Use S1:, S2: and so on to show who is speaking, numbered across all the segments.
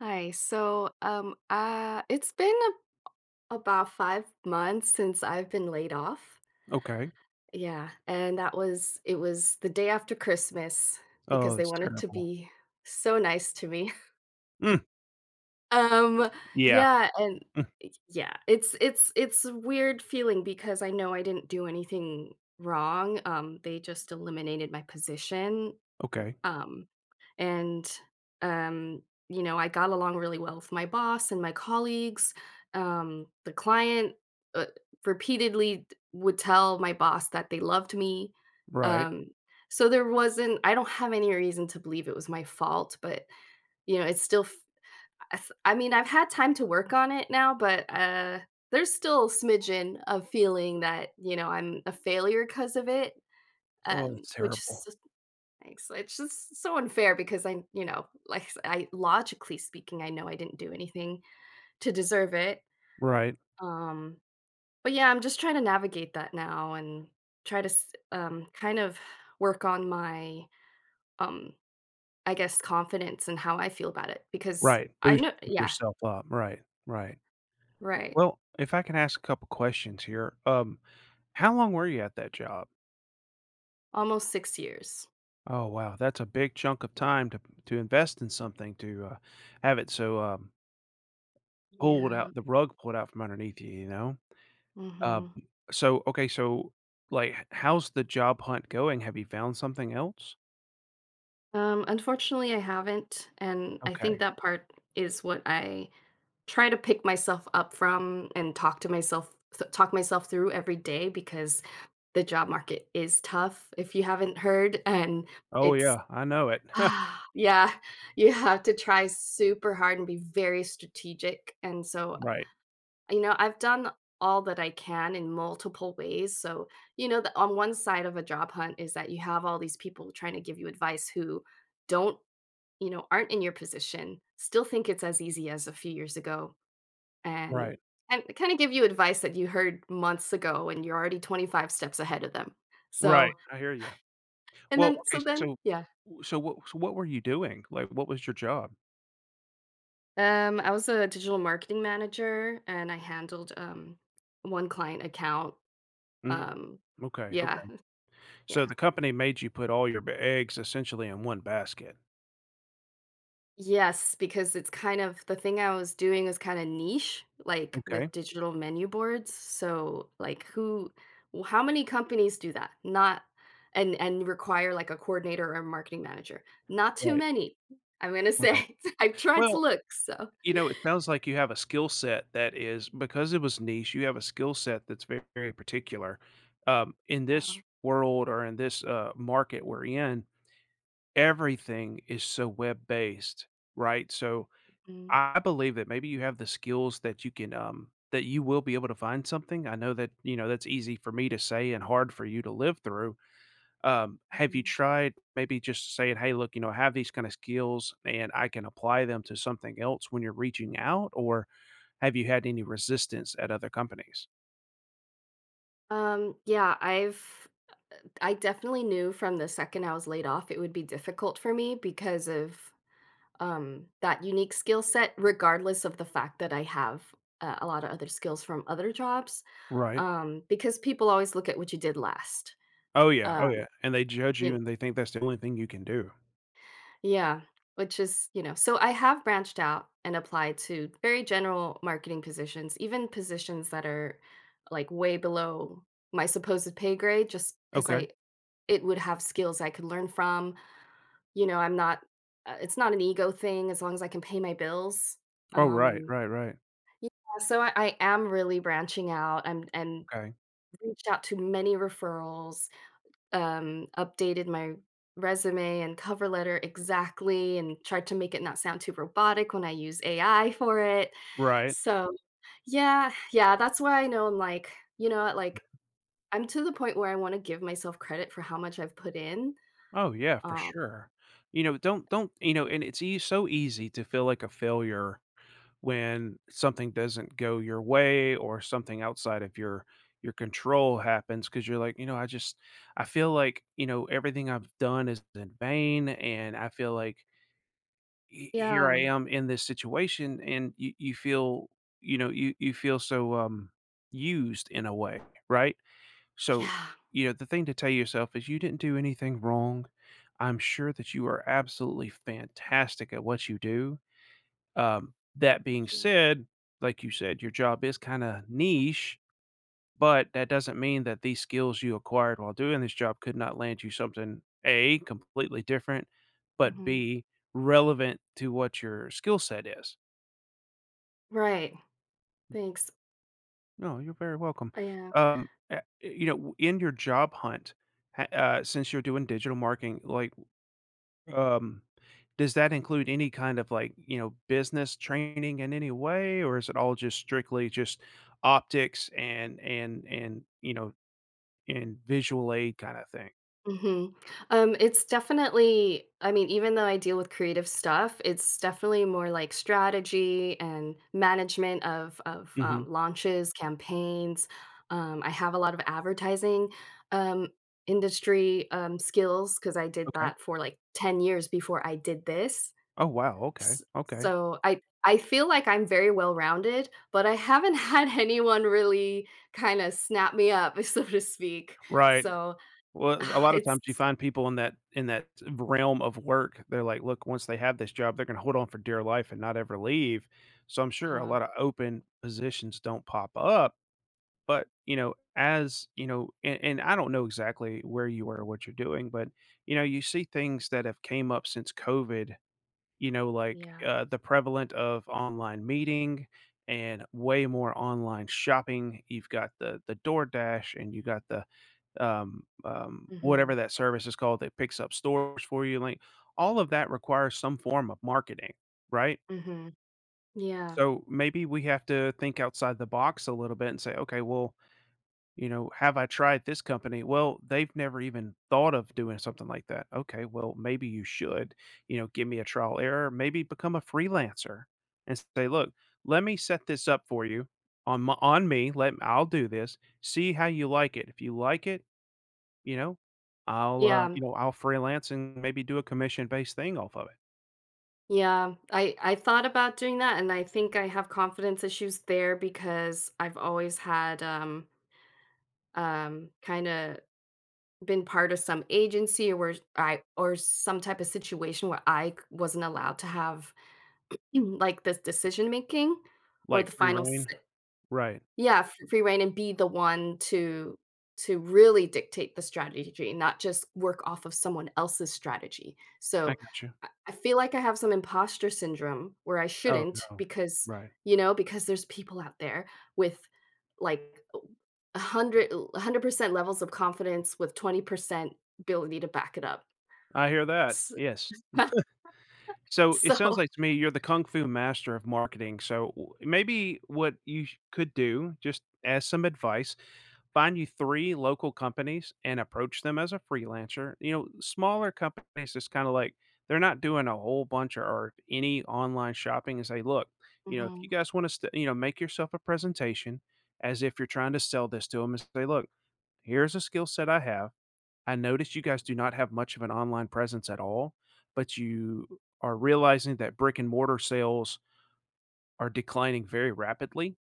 S1: Hi. So, it's been about 5 months since I've been laid off.
S2: Okay.
S1: Yeah, and that was it was the day after Christmas
S2: Oh,
S1: because they
S2: that's
S1: wanted to
S2: terrible.
S1: be so nice to me.
S2: Mm,
S1: Um,
S2: yeah.
S1: yeah, and
S2: Mm,
S1: yeah, it's a weird feeling because I know I didn't do anything wrong. They just eliminated my position.
S2: okay.
S1: Um, and, um, I got along really well with my boss and my colleagues. The client uh, repeatedly would tell my boss that they loved me.
S2: Right.
S1: Um, so there wasn't, I don't have any reason to believe it was my fault, but, it's still, I mean, I've had time to work on it now, but, there's still a smidgen of feeling that I'm a failure because of it
S2: Oh,
S1: um,
S2: that's
S1: which
S2: terrible.
S1: s- Thanks. It's just so unfair because I, you know, like I s I logically speaking, I know I didn't do anything to deserve it.
S2: Right,
S1: Um, but yeah, I'm just trying to navigate that now and kind of work on my, um, I guess, confidence and how I feel about it because
S2: right.
S1: I
S2: Boosting
S1: know. Yeah.
S2: yourself up. Right, right.
S1: Right.
S2: Well, if I can ask a couple questions here, how long were you at that job?
S1: Almost 6 years.
S2: Oh, wow. That's a big chunk of
S1: Yeah.
S2: time to invest in something to, have it so, pulled
S1: Yeah.
S2: out the rug pulled out from underneath you, you know? Um,
S1: Hmm.
S2: so okay, so, like, h how's the job hunt going? Have you found something else?
S1: Unfortunately, I haven't, and I think
S2: Okay.
S1: that part is what I try to pick myself up from and talk to myself, th talk myself through every day because the job market is tough, if you haven't heard, and
S2: Oh,
S1: it's...
S2: yeah. I know it.
S1: Yeah, you have to try super hard and be very strategic. And so,
S2: Right,
S1: I've done all that I can in multiple ways. So, you know, the on one side of a job hunt is that you have all these people trying to give you advice who don't... aren't in your position, still think it's as easy as a few years ago, and
S2: right,
S1: kind of give you advice that you heard months ago and you're already 25 steps ahead of them.
S2: right,
S1: So,
S2: I hear you.
S1: and
S2: Well,
S1: then so
S2: okay,
S1: then
S2: so
S1: Yeah.
S2: what what were you doing? Like, what was your job?
S1: I was a digital marketing manager and I handled one client account.
S2: Mm,
S1: Um
S2: okay,
S1: yeah.
S2: okay.
S1: Yeah.
S2: So the company made you put all your b eggs essentially in one basket.
S1: Yes, because it's kind of the thing I was doing was kind of niche, like
S2: Okay,
S1: with digital menu boards. So, like, how many companies do that? Not, And require like a coordinator or a marketing manager. Not too
S2: right,
S1: many. I'm gonna
S2: right.
S1: say, I've tried to
S2: Well,
S1: look. So,
S2: you know, it sounds like you have a skill set that is because it was niche, you have a skill set that's very particular. In this
S1: um,
S2: world or in this, market we're in, everything is so web-based, right? So
S1: mm,
S2: I believe that maybe you have the skills that you can, that you will be able to find something. I know that, you know, that's easy for me to say and hard for you to live through. Have you
S1: mm.
S2: tried maybe just saying, hey, look, you know, I have these kind of skills and I can apply them to something else when you're reaching out? Or have you had any resistance at other companies?
S1: Yeah, I definitely knew from the second I was laid off it would be difficult for me because of that unique skill set, regardless of the fact that I have a lot of other skills from other jobs,
S2: Right.
S1: because people always look at what you did last.
S2: Oh, yeah. Oh, yeah.
S1: Um,
S2: And they judge you
S1: you
S2: and they think that's the only thing you can do.
S1: Yeah, which is, so I have branched out and applied to very general marketing positions, even positions that are like way below my supposed pay grade, just because
S2: Okay.
S1: it would have skills I could learn from. You know, I'm not, it's not an ego thing as long as I can pay my bills.
S2: Oh, right.
S1: Um,
S2: Right. Right.
S1: Yeah, so I am really branching out. I'm and
S2: Okay.
S1: Reached out to many referrals, updated my resume and cover letter exactly, and tried to make it not sound too robotic when I use AI for it.
S2: Right.
S1: So, yeah, yeah, that's why I know. I'm like, you know what, like, I'm to the point where I wanna give myself credit for how much I've put in.
S2: Oh, yeah, for
S1: Um,
S2: sure. You know, don't you know, and it's ea so easy to feel like a failure when something doesn't go your way or something outside of your control happens, because 'cause you're like, "You know, I just I feel like, you know, everything I've done is in vain, and I feel like he here
S1: yeah,
S2: I am in this situation," and you feel, you know, you feel so, used in a way, right? So,
S1: yeah,
S2: you know, the thing to tell yourself is you didn't do anything wrong. I'm sure that you are absolutely fantastic at what you do. That
S1: thank
S2: being
S1: you.
S2: said, like you said, your job is kind of niche, but that doesn't mean that these skills you acquired while doing this job could not land you something A, completely different, but
S1: Mhm.
S2: B, relevant to what your skill set is.
S1: Right, thanks.
S2: No, you're very welcome.
S1: I am.
S2: You know, in your job hunt, since you're doing digital marketing, Um, does that include any kind of like, you know, business training in any way, or is it all just strictly just optics and and you know and visual aid kind of thing?
S1: Mhm. It's definitely... I mean, even though I deal with creative stuff, it's definitely more like strategy and management of of,
S2: Hmm.
S1: um, launches, campaigns. I have a lot of advertising, um, industry, skills because I did
S2: Okay.
S1: that for, like, 10 years before I did this.
S2: Oh wow. Okay.
S1: S
S2: Okay.
S1: so I feel like I'm very well-rounded, but I haven't had anyone really kinda snap me up, so to speak.
S2: Right.
S1: So,
S2: Well, a lot of
S1: it's...
S2: times you find people in that realm of work. They're like, look, once they have this job, they're going to hold on for dear life and not ever leave. So I'm sure a
S1: Uh-huh.
S2: lot of open positions don't pop up. But, you know, as you know, and I don't know exactly where you are or what you're doing, but you know, you see things that have came up since COVID, you know, like
S1: Yeah.
S2: the prevalent of online meeting and way more online shopping. You've got the DoorDash and you got the whatever
S1: Mhm.
S2: that service is called that picks up stores for you. Like all of that requires some form of marketing, right?
S1: Mhm. Yeah.
S2: So maybe we have to think outside the box a little bit and say, okay, well, you know, "Have I tried this company?" Well, they've never even thought of doing something like that. Okay, well, maybe you should, you know, give me a trial error, maybe become a freelancer and say, "Look, let me set this up for you on me, let I'll do this. See how you like it. If you like it, you know, you
S1: Yeah.
S2: know, I'll freelance and maybe do a commission-based thing off of it."
S1: Yeah. I thought about doing that and I think I have confidence issues there because I've always had kind of been part of some agency or where I or some type of situation where I wasn't allowed to have like this decision making or
S2: Like
S1: the
S2: free
S1: final
S2: reign.
S1: say.
S2: Right.
S1: Yeah, f free rein and be the one to really dictate the strategy, not just work off of someone else's strategy.
S2: I
S1: So,
S2: got you.
S1: I feel like I have some imposter syndrome where I
S2: Oh,
S1: shouldn't,
S2: no.
S1: because,
S2: Right.
S1: you know, because there's people out there with like a 100 l 100% levels of confidence with 20% ability to back it up.
S2: I hear that.
S1: S
S2: Yes. So it sounds
S1: So...
S2: like to me you're the kung fu master of marketing. So maybe what you could do, just as some advice, find you three local companies and approach them as a freelancer. You know, smaller companies is kind of like they're not doing a whole bunch or any online shopping and say, look, you know, if you
S1: Mhm.
S2: guys want to, you know, make yourself a presentation as if you're trying to sell this to them and say, look, here's a skill set I have. I noticed you guys do not have much of an online presence at all, but you are realizing that brick and mortar sales are declining very rapidly.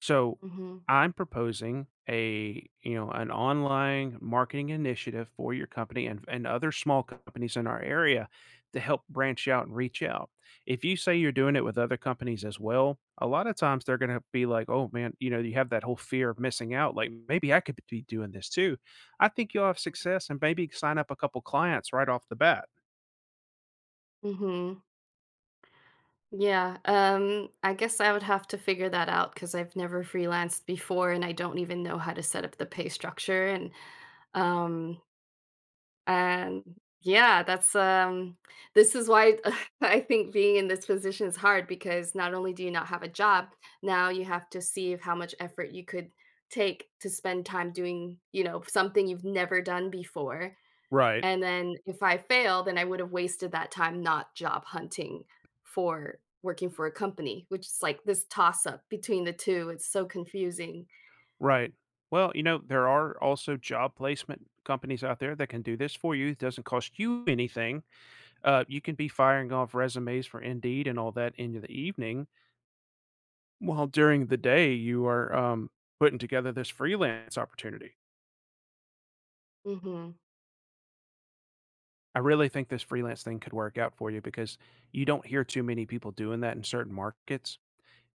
S2: So
S1: Mhm.
S2: I'm proposing a, you know, an online marketing initiative for your company and other small companies in our area to help branch out and reach out. If you say you're doing it with other companies as well, a lot of times they're going to be like, oh man, you know, you have that whole fear of missing out. Like maybe I could be doing this too. I think you'll have success and maybe sign up a couple clients right off the bat.
S1: Mhm. Yeah, I guess I would have to figure that out because I've never freelanced before and I don't even know how to set up the pay structure um and yeah, that's this is why, I think being in this position is hard because not only do you not have a job, now you have to see if how much effort you could take to spend time doing, you know, something you've never done before.
S2: Right.
S1: And then if I fail, then I would have wasted that time not job hunting for working for a company, which is like this toss up between the two. It's so confusing.
S2: Right. Well, you know, there are also job placement companies out there that can do this for you. It doesn't cost you anything. You can be firing off resumes for Indeed and all that in the evening, while during the day you are putting together this freelance opportunity.
S1: Mhm.
S2: I really think this freelance thing could work out for you because you don't hear too many people doing that in certain markets.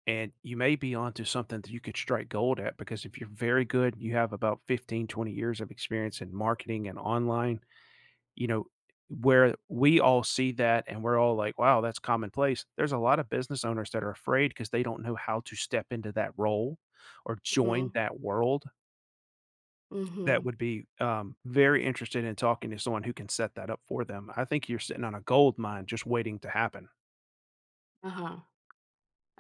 S2: And you may be onto something that you could strike gold at because if you're very good, you have about 15-20 years of experience in marketing and online, you know, where we all see that and we're all like, wow, that's commonplace. There's a lot of business owners that are afraid because they don't know how to step into that role or join
S1: Mhm.
S2: that world that
S1: Mhm.
S2: would be very interested in talking to someone who can set that up for them. I think you're sitting on a gold mine just waiting to happen.
S1: Uh-huh.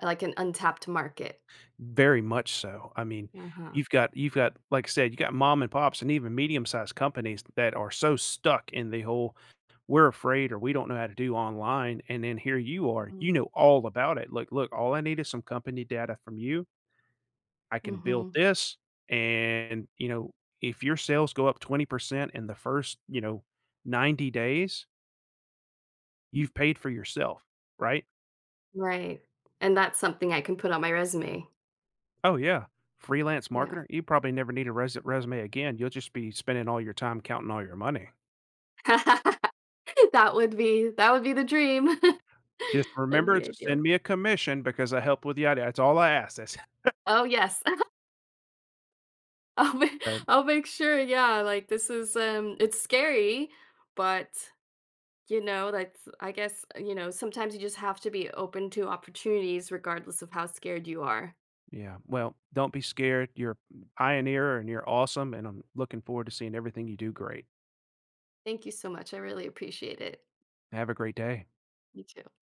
S1: Like an untapped market.
S2: Very much so. I mean,
S1: Uh-huh.
S2: you've got like I said, you got mom and pops and even medium-sized companies that are so stuck in the whole, "We're afraid," or, "We don't know how to do online," and then here you are,
S1: Mhm.
S2: you know all about it. Look, "Look, all I need is some company data from you. I can build
S1: Mhm.
S2: this, and, you know, if your sales go up 20% in the first, you know, 90 days, you've paid for yourself," right?
S1: Right, and that's something I can put on my resume.
S2: Oh yeah, freelance
S1: Yeah.
S2: marketer, you probably never need a resume again, you'll just be spending all your time counting all your money.
S1: That would be the dream.
S2: Just
S1: That'd
S2: remember
S1: be
S2: to send
S1: ideal.
S2: me a commission because I helped with the idea. That's all I ask, that's
S1: Oh, yes. I'll make
S2: that
S1: I'll make sure, yeah, like, it's scary, but, you know, that's I guess, you know, sometimes you just have to be open to opportunities regardless of how scared you are.
S2: yeah, well, don't be scared, you're a pioneer and you're awesome, and I'm looking forward to seeing everything you do great.
S1: Thank you so much, I really appreciate it.
S2: Have a great day.
S1: You too.